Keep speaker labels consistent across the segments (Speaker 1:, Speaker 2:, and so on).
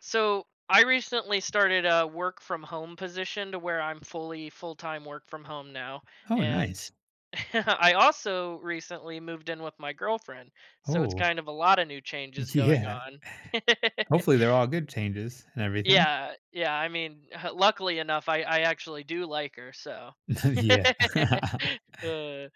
Speaker 1: So I recently started a work from home position to where I'm full time work from home now,
Speaker 2: Oh,
Speaker 1: and
Speaker 2: nice.
Speaker 1: I also recently moved in with my girlfriend, so it's
Speaker 2: Oh,
Speaker 1: kind of a lot of new changes going
Speaker 2: yeah.
Speaker 1: on.
Speaker 2: Hopefully they're all good changes and everything.
Speaker 1: Yeah, yeah, I mean, luckily enough, I actually do like her, so
Speaker 2: Yeah.
Speaker 1: Uh,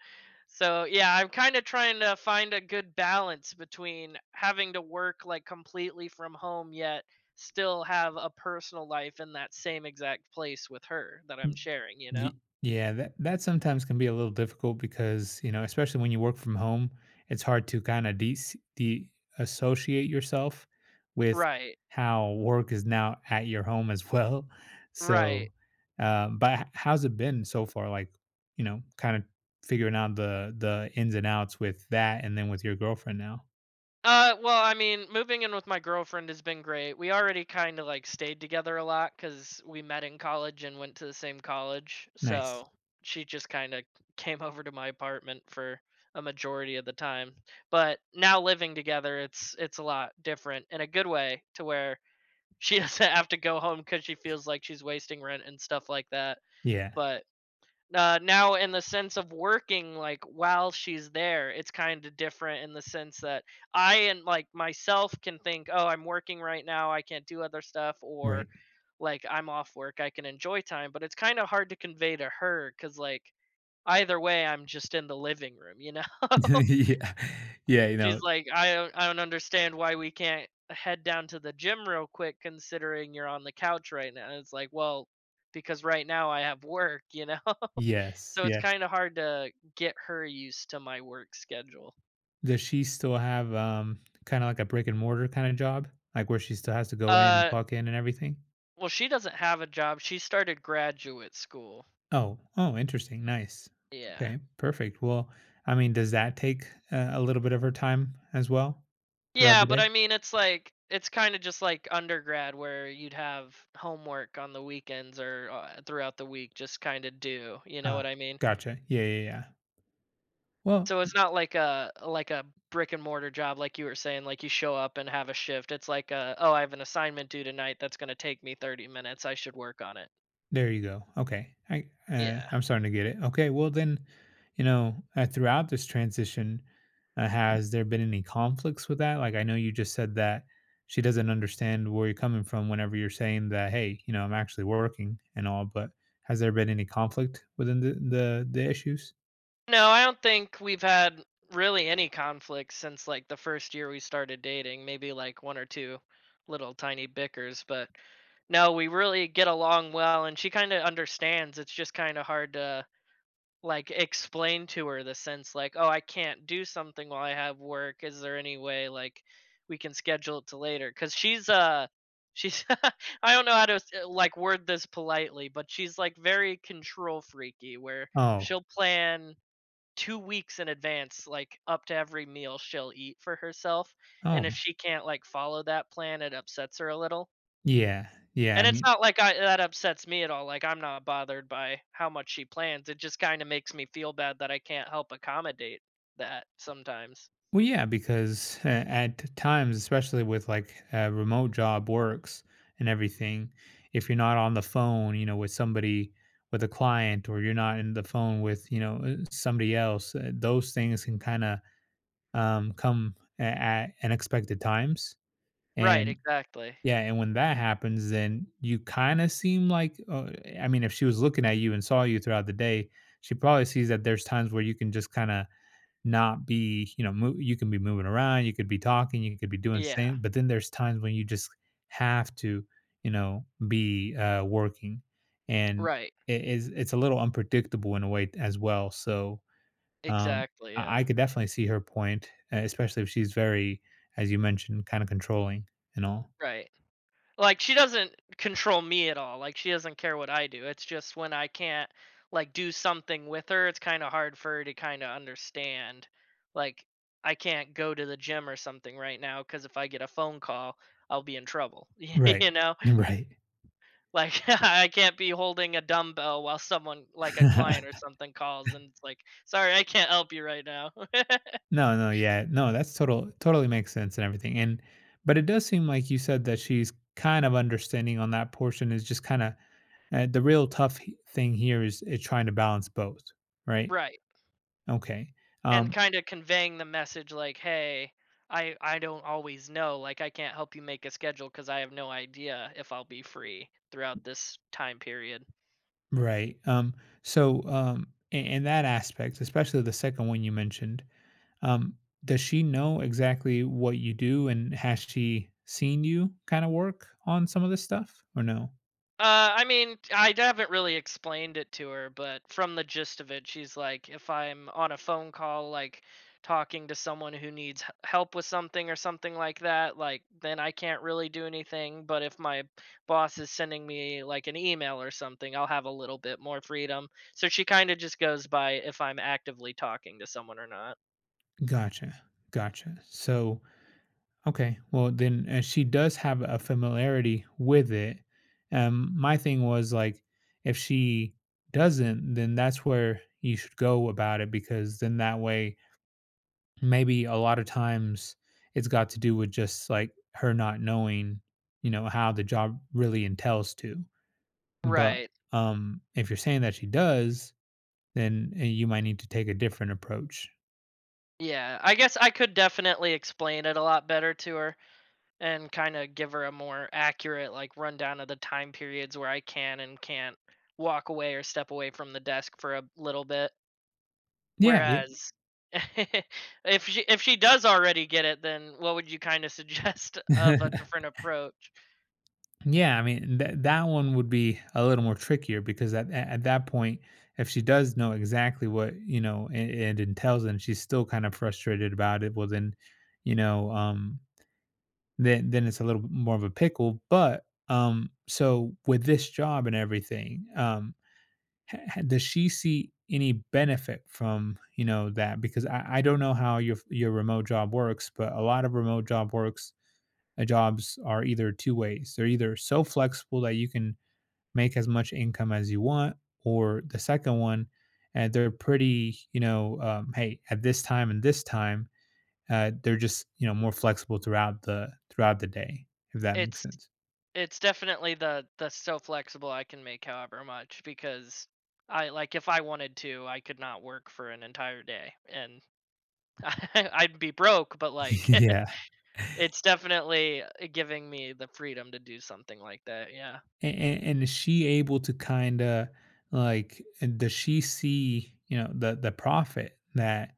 Speaker 1: so, yeah, I'm kinda trying to find a good balance between having to work, like, completely from home, yet still have a personal life in that same exact place with her that I'm sharing, you know?
Speaker 2: Ye yeah, that sometimes can be a little difficult because, you know, especially when you work from home, it's hard to kinda de de associate yourself with
Speaker 1: Right,
Speaker 2: how work is now at your home as well.
Speaker 1: right.
Speaker 2: So, but h how's it been so far? Like, you know, kinda figuring out the ins and outs with that and then with your girlfriend now?
Speaker 1: Well, I mean, moving in with my girlfriend has been great. We already kind of like stayed together a lot because we met in college and went to the same college.
Speaker 2: Nice.
Speaker 1: So she just kind of came over to my apartment for a majority of the time. But now living together, it's a lot different in a good way to where she doesn't have to go home because she feels like she's wasting rent and stuff like that.
Speaker 2: Yeah.
Speaker 1: But now in the sense of working like while she's there, it's kind of different in the sense that I and like myself can think, oh, I'm working right now, I can't do other stuff, or
Speaker 2: Right.
Speaker 1: like I'm off work, I can enjoy time, but it's kind of hard to convey to her because like either way I'm just in the living room, you know.
Speaker 2: Yeah. Yeah, you
Speaker 1: She's
Speaker 2: know.
Speaker 1: like, I don't understand why we can't head down to the gym real quick considering you're on the couch right now, and it's like, well, because right now I have work, you know.
Speaker 2: Yes,
Speaker 1: So it's
Speaker 2: yes.
Speaker 1: kinda hard to get her used to my work schedule.
Speaker 2: Does she still have, kinda like a brick and mortar kinda job? Like, where she still has to go in and
Speaker 1: Uh,
Speaker 2: clock in and everything?
Speaker 1: well, she doesn't have a job, she started graduate school.
Speaker 2: Oh, oh, interesting, nice.
Speaker 1: Yeah.
Speaker 2: Okay, perfect. Well, I mean, does that take a little bit of her time as well throughout
Speaker 1: Yeah,
Speaker 2: the
Speaker 1: but
Speaker 2: day?
Speaker 1: I mean, it's like it's kinda just like undergrad where you'd have homework on the weekends or, throughout the week just kinda do. You know
Speaker 2: Ah,
Speaker 1: what I mean?
Speaker 2: gotcha. Yeah, yeah, yeah. Well,
Speaker 1: So it's not like a brick and mortar job like you were saying, like you show up and have a shift, it's like, "Oh, I have an assignment due tonight that's gonna take me 30 minutes, I should work on it."
Speaker 2: there you go. Okay. I
Speaker 1: Yeah.
Speaker 2: I'm starting to get it. Okay. Well, then, you know, throughout this transition, has there been any conflicts with that? Like, I know you just said that she doesn't understand where you're coming from whenever you're saying that, hey, you know, I'm actually working and all, but has there been any conflict within the issues?
Speaker 1: No, I don't think we've had really any conflicts since like the first year we started dating. Maybe like one or two little tiny bickers, but no, we really get along well and she kind of understands. It's just kind of hard to like explain to her the sense, like, "Oh, I can't do something while I have work. Is there any way like we can schedule it to later?" Cuz she's I don't know how to like word this politely, but she's like very control freaky where
Speaker 2: Oh,
Speaker 1: she'll plan 2 weeks in advance, like, up to every meal she'll eat for herself, and if
Speaker 2: oh,
Speaker 1: she can't, like, follow that plan, it upsets her a little,
Speaker 2: yeah, yeah. I
Speaker 1: and it's
Speaker 2: mean,
Speaker 1: not like I that upsets me at all, like, I'm not bothered by how much she plans, it just kinda makes me feel bad that I can't help accommodate that sometimes.
Speaker 2: well, yeah, because at times, especially with like remote job works and everything, if you're not on the phone, you know, with somebody, with a client, or you're not in the phone with, you know, somebody else, those things can kind of come at unexpected times.
Speaker 1: Right,
Speaker 2: And
Speaker 1: exactly.
Speaker 2: yeah, and when that happens, then you kind of seem like, I mean, if she was looking at you and saw you throughout the day, she probably sees that there's times where you can just kind of not be, you know, mo you can be moving around, you could be talking, you could be doing
Speaker 1: Yeah,
Speaker 2: things but then there's times when you just have to, you know, be, working, and
Speaker 1: right,
Speaker 2: it is it's a little unpredictable in a way as well, so, um,
Speaker 1: exactly,
Speaker 2: I
Speaker 1: yeah,
Speaker 2: I could definitely see her point, e especially if she's very, as you mentioned, kinda controlling and all.
Speaker 1: right. Like she doesn't control me at all. Like she doesn't care what I do. It's just when I can't like do something with her, it's kind of hard for her to kind of understand. Like I can't go to the gym or something right now because if I get a phone call, I'll be in trouble.
Speaker 2: Right.
Speaker 1: You know,
Speaker 2: Right.
Speaker 1: like I can't be holding a dumbbell while someone like a client or something calls and it's like, sorry, I can't help you right now.
Speaker 2: No, no, yeah. No, that's totally makes sense and everything. And but it does seem like you said that she's kind of understanding on that portion is just kind of the real tough thing here is trying to balance both, right?
Speaker 1: Right.
Speaker 2: Okay.
Speaker 1: And
Speaker 2: Um,
Speaker 1: kind of conveying the message like, hey, I don't always know, like I can't help you make a schedule because I have no idea if I'll be free throughout this time period.
Speaker 2: right. Um, so um, in that aspect, especially the second one you mentioned, um, does she know exactly what you do and has she seen you kind of work on some of this stuff or no?
Speaker 1: I mean, I haven't really explained it to her, but from the gist of it, she's like, if I'm on a phone call, like talking to someone who needs help with something or something like that, like then I can't really do anything. But if my boss is sending me like an email or something, I'll have a little bit more freedom. So she kind of just goes by if I'm actively talking to someone or not.
Speaker 2: Gotcha. Gotcha. So okay, well then she does have a familiarity with it. My thing was like, if she doesn't, then that's where you should go about it because then that way, maybe a lot of times it's got to do with just like her not knowing, you know, how the job really entails to. But
Speaker 1: Right.
Speaker 2: if you're saying that she does, then you might need to take a different approach.
Speaker 1: Yeah. I guess I could definitely explain it a lot better to her, and kind of give her a more accurate like rundown of the time periods where I can and can't walk away or step away from the desk for a little bit.
Speaker 2: Yeah,
Speaker 1: Whereas if she does already get it, then what would you kind of suggest
Speaker 2: yeah.
Speaker 1: of a different approach?
Speaker 2: Yeah, I mean that one would be a little more trickier because at that point, if she does know exactly what you know and entails, and she's still kind of frustrated about it, well then, you know, then it's a little bit more of a pickle. But so with this job and everything, does she see any benefit from you know that? Because I don't know how your remote job works, but a lot of remote job works jobs are either two ways. They're either so flexible that you can make as much income as you want, or the second one, and they're pretty, you know, hey, at this time and this time, they're just you know more flexible throughout the day, if that makes
Speaker 1: It's
Speaker 2: sense.
Speaker 1: it's definitely the so flexible I can make however much because I, like, if I wanted to, I could not work for an entire day and I'd be broke, but like
Speaker 2: Yeah.
Speaker 1: it's definitely, giving me the freedom to do something like that, yeah.
Speaker 2: And is she able to kind of like and does she see you know the profit that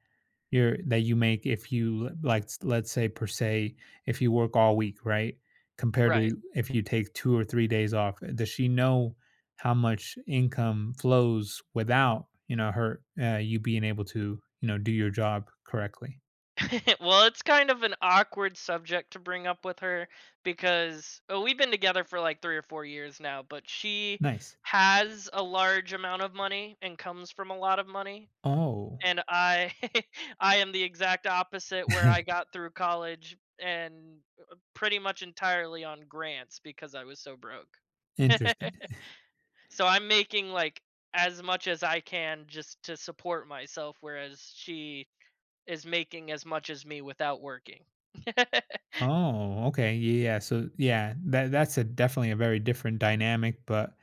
Speaker 2: you make if you like let's say per se if you work all week right compared to
Speaker 1: Right.
Speaker 2: if you take 2 or 3 days off does she know how much income flows without you know her you being able to you know do your job correctly
Speaker 1: Well, it's kind of an awkward subject to bring up with her because, well, we've been together for, like, 3 or 4 years now, but she
Speaker 2: nice
Speaker 1: has a large amount of money and comes from a lot of money,
Speaker 2: oh
Speaker 1: and I I am the exact opposite where I got through college and, pretty much entirely on grants because I was so broke.
Speaker 2: interesting.
Speaker 1: So I'm making like as much as I can just to support myself, whereas she is making as much as me without working.
Speaker 2: Oh, okay. Yeah. So yeah, that's a definitely a very different dynamic, but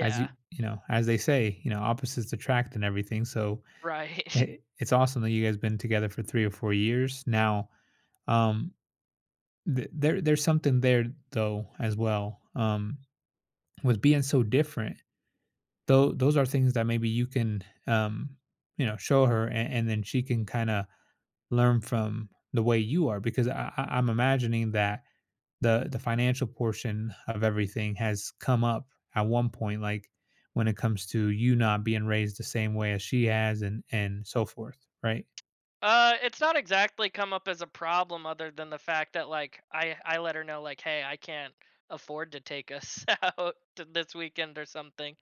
Speaker 2: as you you know, as they say, you know, opposites attract and everything. So
Speaker 1: right.
Speaker 2: it, it's awesome that you guys been together for 3 or 4 years. Now, um, there there's something there though as well. Um, with being so different, though those are things that maybe you can um, you know, show her and then she can kind of learn from the way you are because I I'm imagining that the financial portion of everything has come up at one point like when it comes to you not being raised the same way as she has and so forth right.
Speaker 1: It's not exactly come up as a problem other than the fact that like I let her know, like, hey, I can't afford to take us out to this weekend or something,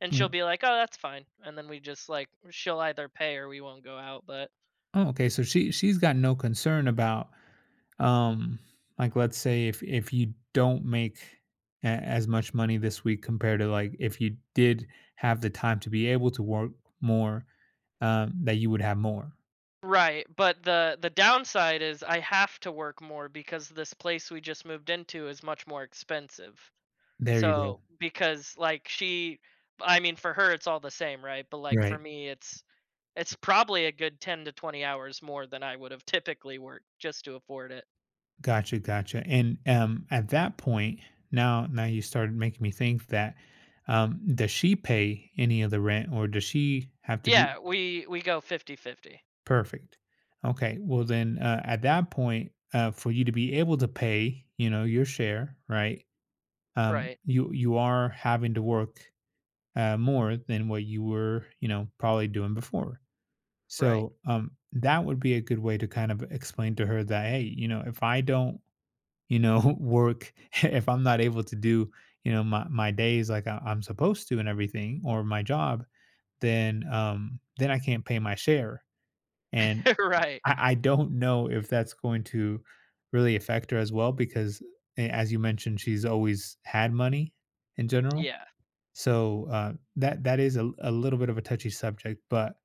Speaker 1: and
Speaker 2: Mm.
Speaker 1: she'll be like, oh, that's fine, and then we just like she'll either pay or we won't go out, but
Speaker 2: Oh, okay so she she's got no concern about um, like let's say if you don't make as much money this week compared to like if you did have the time to be able to work more um, that you would have more,
Speaker 1: right, but the downside is I have to work more because this place we just moved into is much more expensive.
Speaker 2: there you
Speaker 1: So,
Speaker 2: go,
Speaker 1: because like she, I mean, for her it's all the same, right? But like for
Speaker 2: right.
Speaker 1: me it's probably a good 10 to 20 hours more than I would have typically worked just to afford it.
Speaker 2: Gotcha, gotcha. And at that point, now now you started making me think that does she pay any of the rent, or does she have to do?
Speaker 1: Yeah, we go fifty fifty.
Speaker 2: Perfect. Okay. Well, then at that point, for you to be able to pay, you know, your share, right?
Speaker 1: Right.
Speaker 2: You you are having to work more than what you were, you know, probably doing before.
Speaker 1: Right.
Speaker 2: So that would be a good way to kind of explain to her that, hey, you know, if I don't you know work if I'm not able to do you know my, my days like I, I'm supposed to and everything or my job then um, then I can't pay my share and
Speaker 1: Right.
Speaker 2: I don't know if that's going to really affect her as well because as you mentioned she's always had money in general
Speaker 1: Yeah,
Speaker 2: so uh, that that is a little bit of a touchy subject but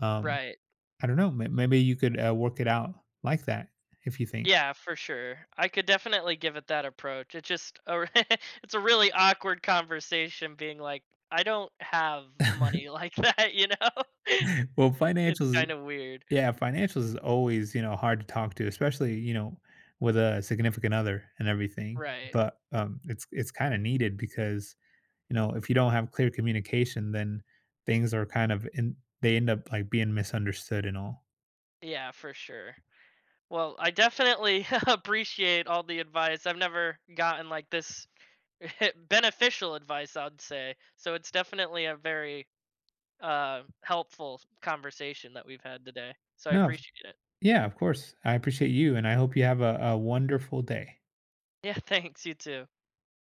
Speaker 2: um,
Speaker 1: right.
Speaker 2: I don't know maybe you could work it out like that if you think
Speaker 1: Yeah, for sure. I could definitely give it that approach. It's just a it's a really awkward conversation being like, "I don't have money like that," you know?
Speaker 2: well
Speaker 1: It's
Speaker 2: financials.
Speaker 1: kind of weird.
Speaker 2: Yeah, financials is always, you know, hard to talk to, especially, you know, with a significant other and everything.
Speaker 1: Right.
Speaker 2: But um, it's kind of needed because, you know, if you don't have clear communication, then things are kind of in they end up like being misunderstood and all.
Speaker 1: Yeah, for sure. Well, I definitely appreciate all the advice. I've never gotten like this beneficial advice, I'd say. So it's definitely a very, helpful conversation that we've had today. So I
Speaker 2: No,
Speaker 1: appreciate it.
Speaker 2: yeah, of course. I appreciate you and I hope you have a wonderful day.
Speaker 1: Yeah, thanks. You too.